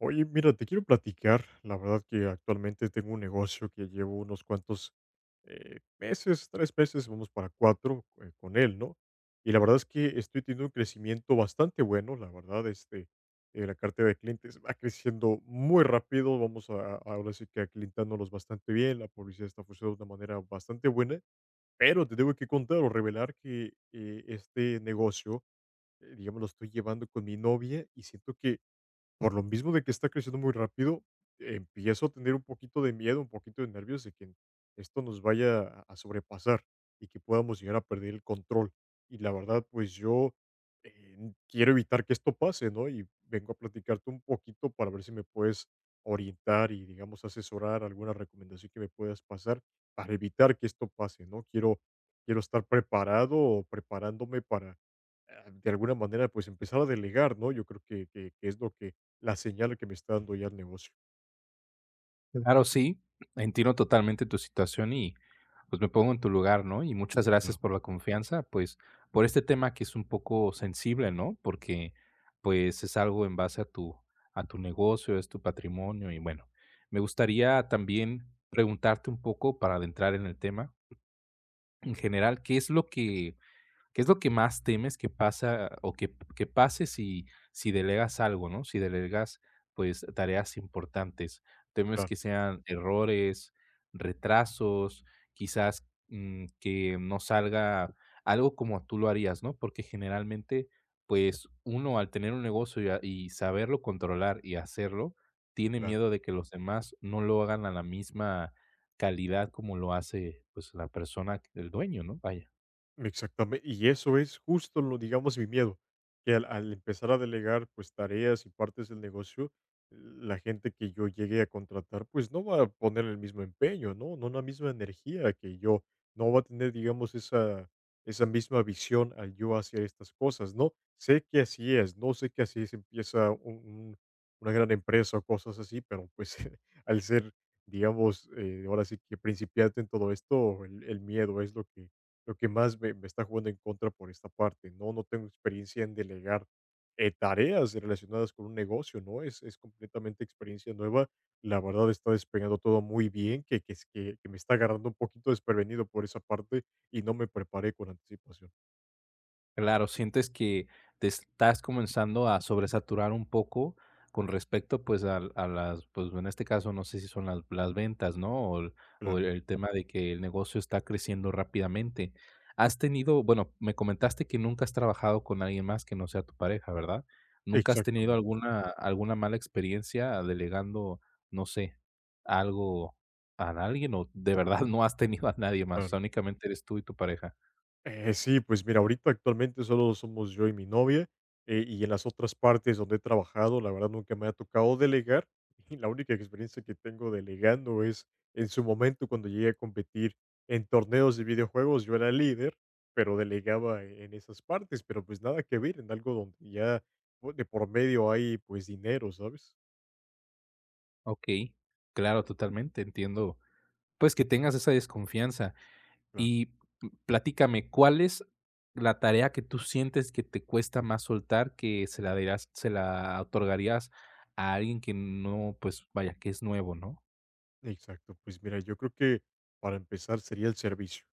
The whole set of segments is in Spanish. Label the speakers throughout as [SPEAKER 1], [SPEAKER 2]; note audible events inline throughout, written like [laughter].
[SPEAKER 1] Oye, mira, te quiero platicar. La verdad que actualmente tengo un negocio que llevo unos cuantos meses, tres meses, vamos para cuatro con él, ¿no? Y la verdad es que estoy teniendo un crecimiento bastante bueno. La verdad, este, la cartera de clientes va creciendo muy rápido. Vamos a, ahora sí que aclientándolos bastante bien. La publicidad está funcionando de una manera bastante buena. Pero te tengo que contar o revelar que este negocio, digamos, lo estoy llevando con mi novia y siento que por lo mismo de que está creciendo muy rápido, empiezo a tener un poquito de miedo, un poquito de nervios de que esto nos vaya a sobrepasar y que podamos llegar a perder el control. Y la verdad, pues yo quiero evitar que esto pase, ¿no? Y vengo a platicarte un poquito para ver si me puedes orientar y, digamos, asesorar alguna recomendación que me puedas pasar para evitar que esto pase, ¿no? Quiero, quiero estar preparado o preparándome para, de alguna manera, pues empezar a delegar, ¿no? Yo creo que es lo que la señal que me está dando ya el negocio.
[SPEAKER 2] Claro, sí, entiendo totalmente tu situación y pues me pongo en tu lugar, ¿no? Y muchas gracias
[SPEAKER 1] Claro,
[SPEAKER 2] por la confianza, pues por este tema que es un poco sensible, ¿no? Porque pues es algo en base a tu negocio, es tu patrimonio y bueno, me gustaría también preguntarte un poco para adentrar en el tema en general, ¿Qué es lo que más temes que pasa o que pase si delegas algo, ¿no? Si delegas, pues, tareas importantes. ¿Temes
[SPEAKER 1] claro,
[SPEAKER 2] que sean errores, retrasos, quizás que no salga algo como tú lo harías? ¿No? Porque generalmente, pues, uno al tener un negocio y, y saberlo controlar y hacerlo, tiene
[SPEAKER 1] claro.
[SPEAKER 2] miedo de que los demás no lo hagan a la misma calidad como lo hace, pues, la persona, el dueño, ¿no? Vaya.
[SPEAKER 1] Exactamente, y eso es justo lo, digamos, mi miedo, que al, al empezar a delegar pues tareas y partes del negocio, la gente que yo llegué a contratar pues no va a poner el mismo empeño, ¿no? No la misma energía que yo, no va a tener, digamos, esa misma visión al yo hacer estas cosas, ¿no? Sé que así es, no sé que así se empieza un- una gran empresa o cosas así, pero pues [laughs] al ser, digamos, ahora sí que principiante en todo esto, el miedo es lo que más me, me está jugando en contra por esta parte, ¿no? No tengo experiencia en delegar tareas relacionadas con un negocio, ¿no? Es completamente experiencia nueva. La verdad está despegando todo muy bien, que, que me está agarrando un poquito desprevenido por esa parte y no me preparé con anticipación.
[SPEAKER 2] Claro, sientes que te estás comenzando a sobresaturar un poco con respecto, pues, al a las, pues, en este caso, no sé si son las ventas, ¿no? O el o
[SPEAKER 1] Claro,
[SPEAKER 2] el el tema de que el negocio está creciendo rápidamente. Has tenido, bueno, me comentaste que nunca has trabajado con alguien más que no sea tu pareja, ¿verdad? ¿Nunca has tenido
[SPEAKER 1] exactamente.
[SPEAKER 2] alguna mala experiencia delegando, no sé, algo a alguien o de verdad [laughs] no has tenido a nadie más? O
[SPEAKER 1] Claro.
[SPEAKER 2] sea, únicamente eres tú y tu pareja.
[SPEAKER 1] Sí, pues mira, ahorita actualmente solo somos yo y mi novia, y en las otras partes donde he trabajado, la verdad nunca me ha tocado delegar, [laughs] y la única experiencia que tengo delegando es en su momento cuando llegué a competir en torneos de videojuegos, yo era líder, pero delegaba en esas partes, pero pues nada que ver en algo donde ya pues, de por medio hay pues dinero, ¿sabes?
[SPEAKER 2] Okey, claro, totalmente, entiendo, pues, que tengas esa desconfianza.
[SPEAKER 1] Claro.
[SPEAKER 2] Y Platícame, ¿cuál es la tarea que tú sientes que te cuesta más soltar, que se la otorgarías a alguien que no, pues, vaya, que es nuevo, ¿no?
[SPEAKER 1] Exacto, pues mira, yo creo que para empezar sería el servicio.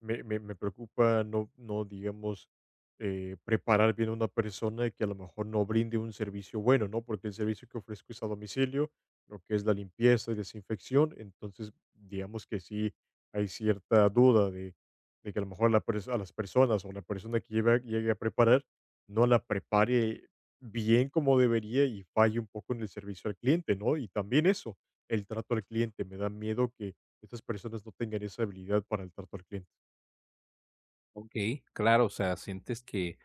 [SPEAKER 1] Me, me preocupa no, no digamos, preparar bien a una persona que a lo mejor no brinde un servicio bueno, ¿no? Porque el servicio que ofrezco es a domicilio, lo que es la limpieza y desinfección, entonces digamos que sí hay cierta duda de que a lo mejor a las personas o la persona que lleve, llegue a preparar no la prepare bien como debería y falle un poco en el servicio al cliente, ¿no? Y también eso el trato al cliente. Me da miedo que estas personas no tengan esa habilidad para el trato al cliente.
[SPEAKER 2] Okey, claro, o sea, sientes que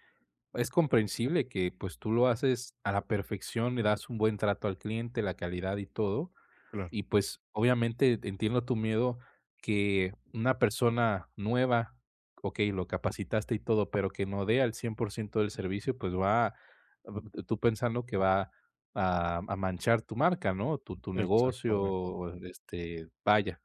[SPEAKER 2] es comprensible que, pues, tú lo haces a la perfección, le das un buen trato al cliente, la calidad y todo.
[SPEAKER 1] Claro,
[SPEAKER 2] Y pues, obviamente entiendo tu miedo que una persona nueva, okey, lo capacitaste y todo, pero que no dé al 100% del servicio, pues va tú pensando que va a manchar tu marca, ¿no? Tu
[SPEAKER 1] exactamente.
[SPEAKER 2] negocio, este, vaya,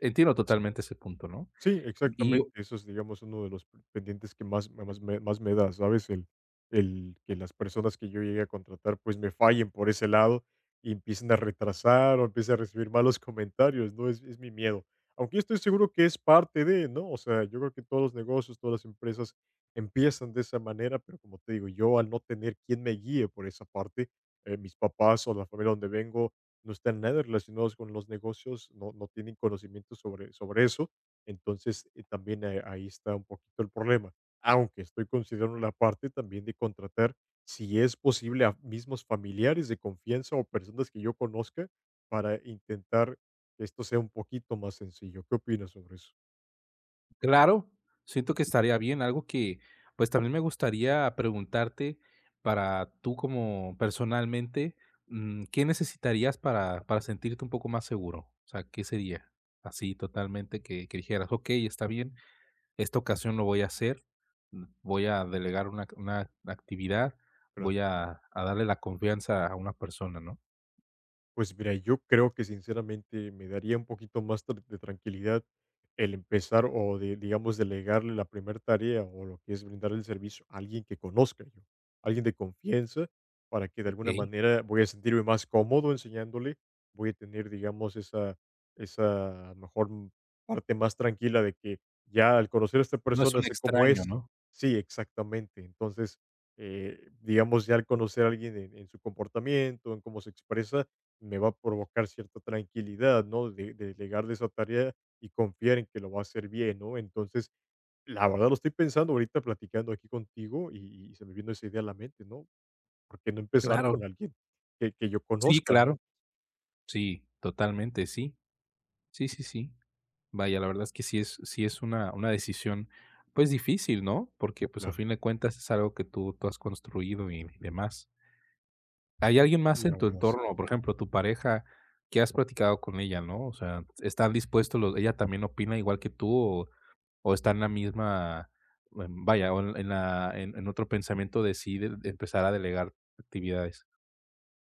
[SPEAKER 2] entiendo totalmente ese punto, ¿no?
[SPEAKER 1] Sí,
[SPEAKER 2] Y
[SPEAKER 1] exactamente. Eso es, digamos, uno de los p pendientes que más más me da, ¿sabes? El que las personas que yo llegue a contratar, pues, me fallen por ese lado y empiecen a retrasar o empiecen a recibir malos comentarios, ¿no? Es mi miedo. Aunque yo estoy seguro que es parte de, ¿no? O sea, yo creo que todos los negocios, todas las empresas empiezan de esa manera, pero como te digo, yo al no tener quien me guíe por esa parte, mis papás o la familia donde vengo no están nada relacionados con los negocios, no tienen conocimiento sobre sobre eso. Entonces, también ahí está un poquito el problema. Aunque estoy considerando la parte también de contratar, si es posible, a mismos familiares de confianza o personas que yo conozca para intentar que esto sea un poquito más sencillo. ¿Qué opinas sobre eso?
[SPEAKER 2] claro, siento que estaría bien, algo que, pues, también me gustaría preguntarte para tú como personalmente, ¿qué necesitarías para sentirte un poco más seguro? O sea, ¿qué sería? Así totalmente que dijeras: "Okey, está bien, esta ocasión lo voy a hacer, voy a delegar una actividad, voy
[SPEAKER 1] Gracias.
[SPEAKER 2] a darle la confianza a una persona", ¿no?
[SPEAKER 1] Pues mira, yo creo que sinceramente me daría un poquito más de tranquilidad el empezar o de, digamos, delegarle la primera tarea o lo que es brindar el servicio a alguien que conozca yo, alguien de confianza, para que de alguna
[SPEAKER 2] Okey,
[SPEAKER 1] manera voy a sentirme más cómodo enseñándole, voy a tener, digamos, esa mejor parte más tranquila de que ya al conocer a esta
[SPEAKER 2] no es
[SPEAKER 1] persona
[SPEAKER 2] un
[SPEAKER 1] sé cómo
[SPEAKER 2] extraño,
[SPEAKER 1] es.
[SPEAKER 2] ¿no?
[SPEAKER 1] Sí, exactamente. Entonces, digamos, ya al conocer a alguien en su comportamiento, en cómo se expresa, me va a provocar cierta tranquilidad, ¿no? De delegarle esa tarea y confiar en que lo va a hacer bien, ¿no? Entonces, la verdad lo estoy pensando ahorita platicando aquí contigo y se me vino esa idea a la mente, ¿no? ¿Por qué no empezar
[SPEAKER 2] Claro,
[SPEAKER 1] con alguien que yo
[SPEAKER 2] sí,
[SPEAKER 1] conozca, ¿no?
[SPEAKER 2] claro, sí, totalmente, sí, sí, sí, sí. Vaya, la verdad es que sí es una decisión, pues, difícil, ¿no? Porque, pues, a
[SPEAKER 1] Claro.
[SPEAKER 2] fin de cuentas es algo que tú has construido y demás. ¿Hay alguien más
[SPEAKER 1] Y
[SPEAKER 2] en
[SPEAKER 1] la
[SPEAKER 2] tu
[SPEAKER 1] verdad.
[SPEAKER 2] entorno, por ejemplo, tu pareja, que has platicado con ella? No? O sea, ¿están dispuestos los ella también opina igual que tú o está en la misma, vaya, o en la en otro pensamiento de sí de empezar a delegar actividades?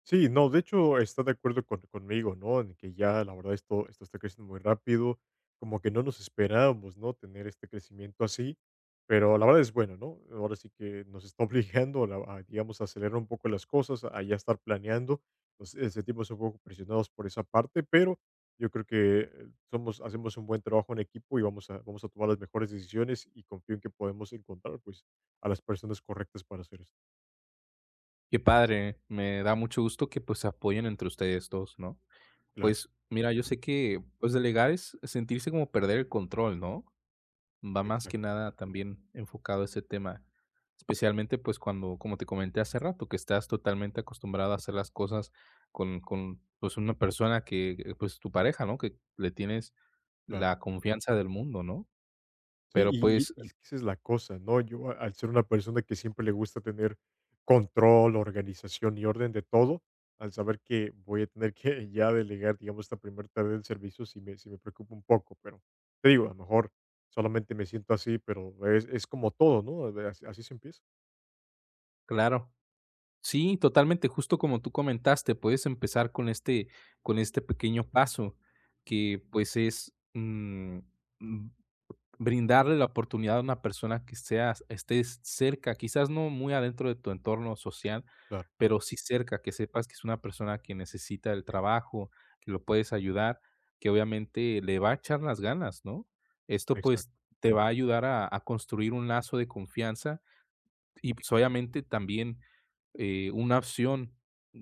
[SPEAKER 1] Sí, no, de hecho está de acuerdo conmigo, ¿no? En que ya la verdad esto, esto está creciendo muy rápido, como que no nos esperábamos, ¿no? Tener este crecimiento así, pero la verdad es bueno, ¿no? Ahora sí que nos está [laughs] obligando a, digamos, a acelerar un poco las cosas, a ya estar planeando. Nos sentimos un poco presionados por esa parte, pero yo creo que somos, hacemos un buen trabajo en equipo y vamos a, vamos a tomar las mejores decisiones y confío en que podemos encontrar, pues, a las personas correctas para hacer esto.
[SPEAKER 2] Qué padre, me da mucho gusto que, pues, se apoyen entre ustedes dos, ¿no?
[SPEAKER 1] Claro,
[SPEAKER 2] Pues mira, yo sé que, pues, delegar es sentirse como perder el control, ¿no? Va más que
[SPEAKER 1] exacto,
[SPEAKER 2] nada también enfocado a ese tema, especialmente, pues, cuando, como te comenté hace rato, que estás totalmente acostumbrado a hacer las cosas con, pues, una persona que, pues, tu pareja, ¿no? Que le tienes
[SPEAKER 1] claro.
[SPEAKER 2] la confianza del mundo, ¿no?
[SPEAKER 1] Sí,
[SPEAKER 2] Pero,
[SPEAKER 1] y y
[SPEAKER 2] pues,
[SPEAKER 1] y es que esa es la cosa, ¿no? Yo, al ser una persona que siempre le gusta tener control, organización y orden de todo, al saber que voy a tener que [laughs] ya delegar, digamos, esta primera tarde del servicio, sí me preocupa un poco, pero te digo, a lo mejor solamente me siento así, pero es como todo, ¿no? De así así se empieza.
[SPEAKER 2] claro. Sí, totalmente, justo como tú comentaste, puedes empezar con este pequeño paso que, pues, es, mm, brindarle la oportunidad a una persona que seas estés cerca, quizás no muy adentro de tu entorno social,
[SPEAKER 1] Claro,
[SPEAKER 2] pero sí cerca, que sepas que es una persona que necesita el trabajo, que lo puedes ayudar, que obviamente le va a echar las ganas, ¿no? Esto, pues,
[SPEAKER 1] exacto,
[SPEAKER 2] te va a ayudar a construir un lazo de confianza y pues obviamente también una opción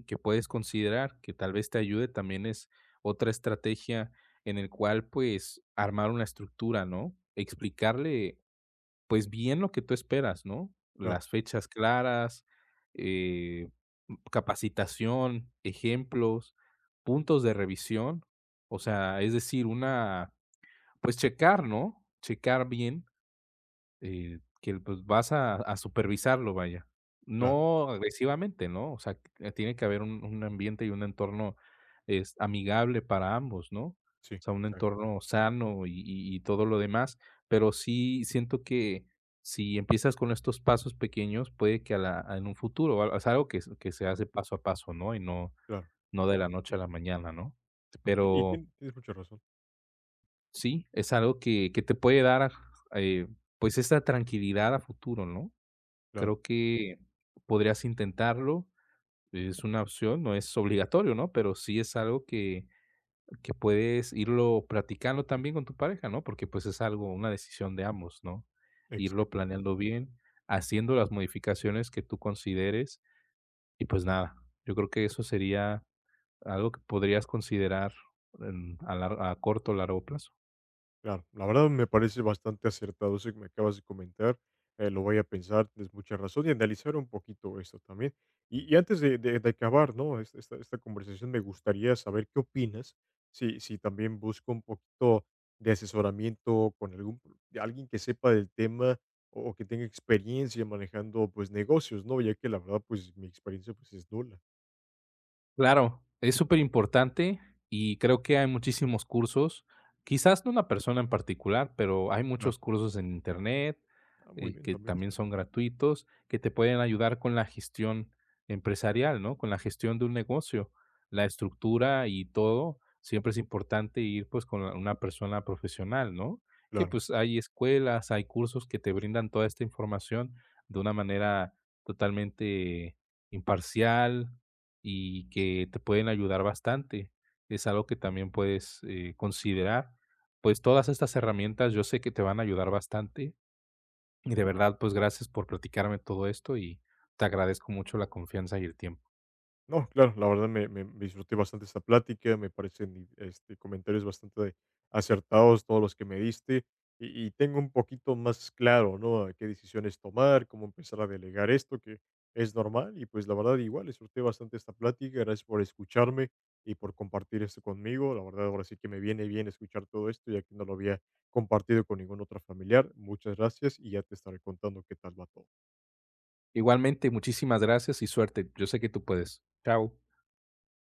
[SPEAKER 2] que puedes considerar que tal vez te ayude también es otra estrategia en el cual pues armar una estructura, ¿no? Explicarle pues bien lo que tú esperas, ¿no?
[SPEAKER 1] claro,
[SPEAKER 2] Las fechas claras, eh, capacitación, ejemplos, puntos de revisión, o sea, es decir, una, pues checar, ¿no? Checar bien que pues, vas a supervisarlo, vaya.
[SPEAKER 1] claro,
[SPEAKER 2] No agresivamente, ¿no? O sea, tiene que haber un ambiente y un entorno, es amigable para ambos, ¿no?
[SPEAKER 1] sí,
[SPEAKER 2] O sea, un
[SPEAKER 1] exacto,
[SPEAKER 2] entorno sano y todo lo demás, pero sí siento que si empiezas con estos pasos pequeños, puede que a la en un futuro, o sea, algo que s que se hace paso a paso, ¿no? Y no
[SPEAKER 1] claro.
[SPEAKER 2] no de la noche a la mañana, ¿no?
[SPEAKER 1] Y
[SPEAKER 2] Pero
[SPEAKER 1] tienes mucha razón,
[SPEAKER 2] sí, es algo que te puede dar, eh, pues, esa tranquilidad a futuro, ¿no?
[SPEAKER 1] claro,
[SPEAKER 2] Creo que podrías intentarlo, es una opción, no es obligatorio, ¿no? Pero sí es algo que puedes irlo practicando también con tu pareja, ¿no? Porque, pues, es algo, una decisión de ambos, ¿no? Irlo
[SPEAKER 1] exacto.
[SPEAKER 2] planeando bien, haciendo las modificaciones que tú consideres y, pues, nada, yo creo que eso sería algo que podrías considerar en a corto o largo plazo.
[SPEAKER 1] Claro, la verdad me parece bastante acertado eso que me acabas de comentar. Lo voy a pensar, tienes mucha razón, y analizar un poquito esto también. Y antes de, de acabar, ¿no? Esta, esta conversación me gustaría saber qué opinas, si, si también busco un poquito de asesoramiento con algún, de alguien que sepa del tema o que tenga experiencia manejando pues negocios, ¿no? Ya que la verdad pues mi experiencia pues es nula.
[SPEAKER 2] Claro, es súper importante y creo que hay muchísimos cursos, quizás no una persona en particular, pero hay
[SPEAKER 1] Claro.
[SPEAKER 2] muchos cursos en internet,
[SPEAKER 1] Ah, muy bien,
[SPEAKER 2] que
[SPEAKER 1] también es
[SPEAKER 2] también
[SPEAKER 1] cierto.
[SPEAKER 2] son gratuitos, que te pueden ayudar con la gestión empresarial, ¿no? Con la gestión de un negocio, la estructura y todo. Siempre es importante ir pues con una persona profesional, ¿no? Que
[SPEAKER 1] Claro.
[SPEAKER 2] pues hay escuelas, hay cursos que te brindan toda esta información de una manera totalmente imparcial, y que te pueden ayudar bastante. Es algo que también puedes, considerar. Pues todas estas herramientas yo sé que te van a ayudar bastante y de verdad, pues gracias por platicarme todo esto y te agradezco mucho la confianza y el tiempo.
[SPEAKER 1] No, claro, la verdad me, me disfruté bastante esta plática, me parecen este, comentarios bastante acertados todos los que me diste y tengo un poquito más claro, ¿no? A qué decisiones tomar, cómo empezar a delegar esto, que es normal y pues la verdad igual disfruté bastante esta plática, gracias por escucharme y por compartir esto conmigo, la verdad ahora sí que me viene bien escuchar todo esto ya que no lo había compartido con ningún otro familiar, muchas gracias y ya te estaré contando qué tal va todo.
[SPEAKER 2] Igualmente, muchísimas gracias y suerte. Yo sé que tú puedes. Chao.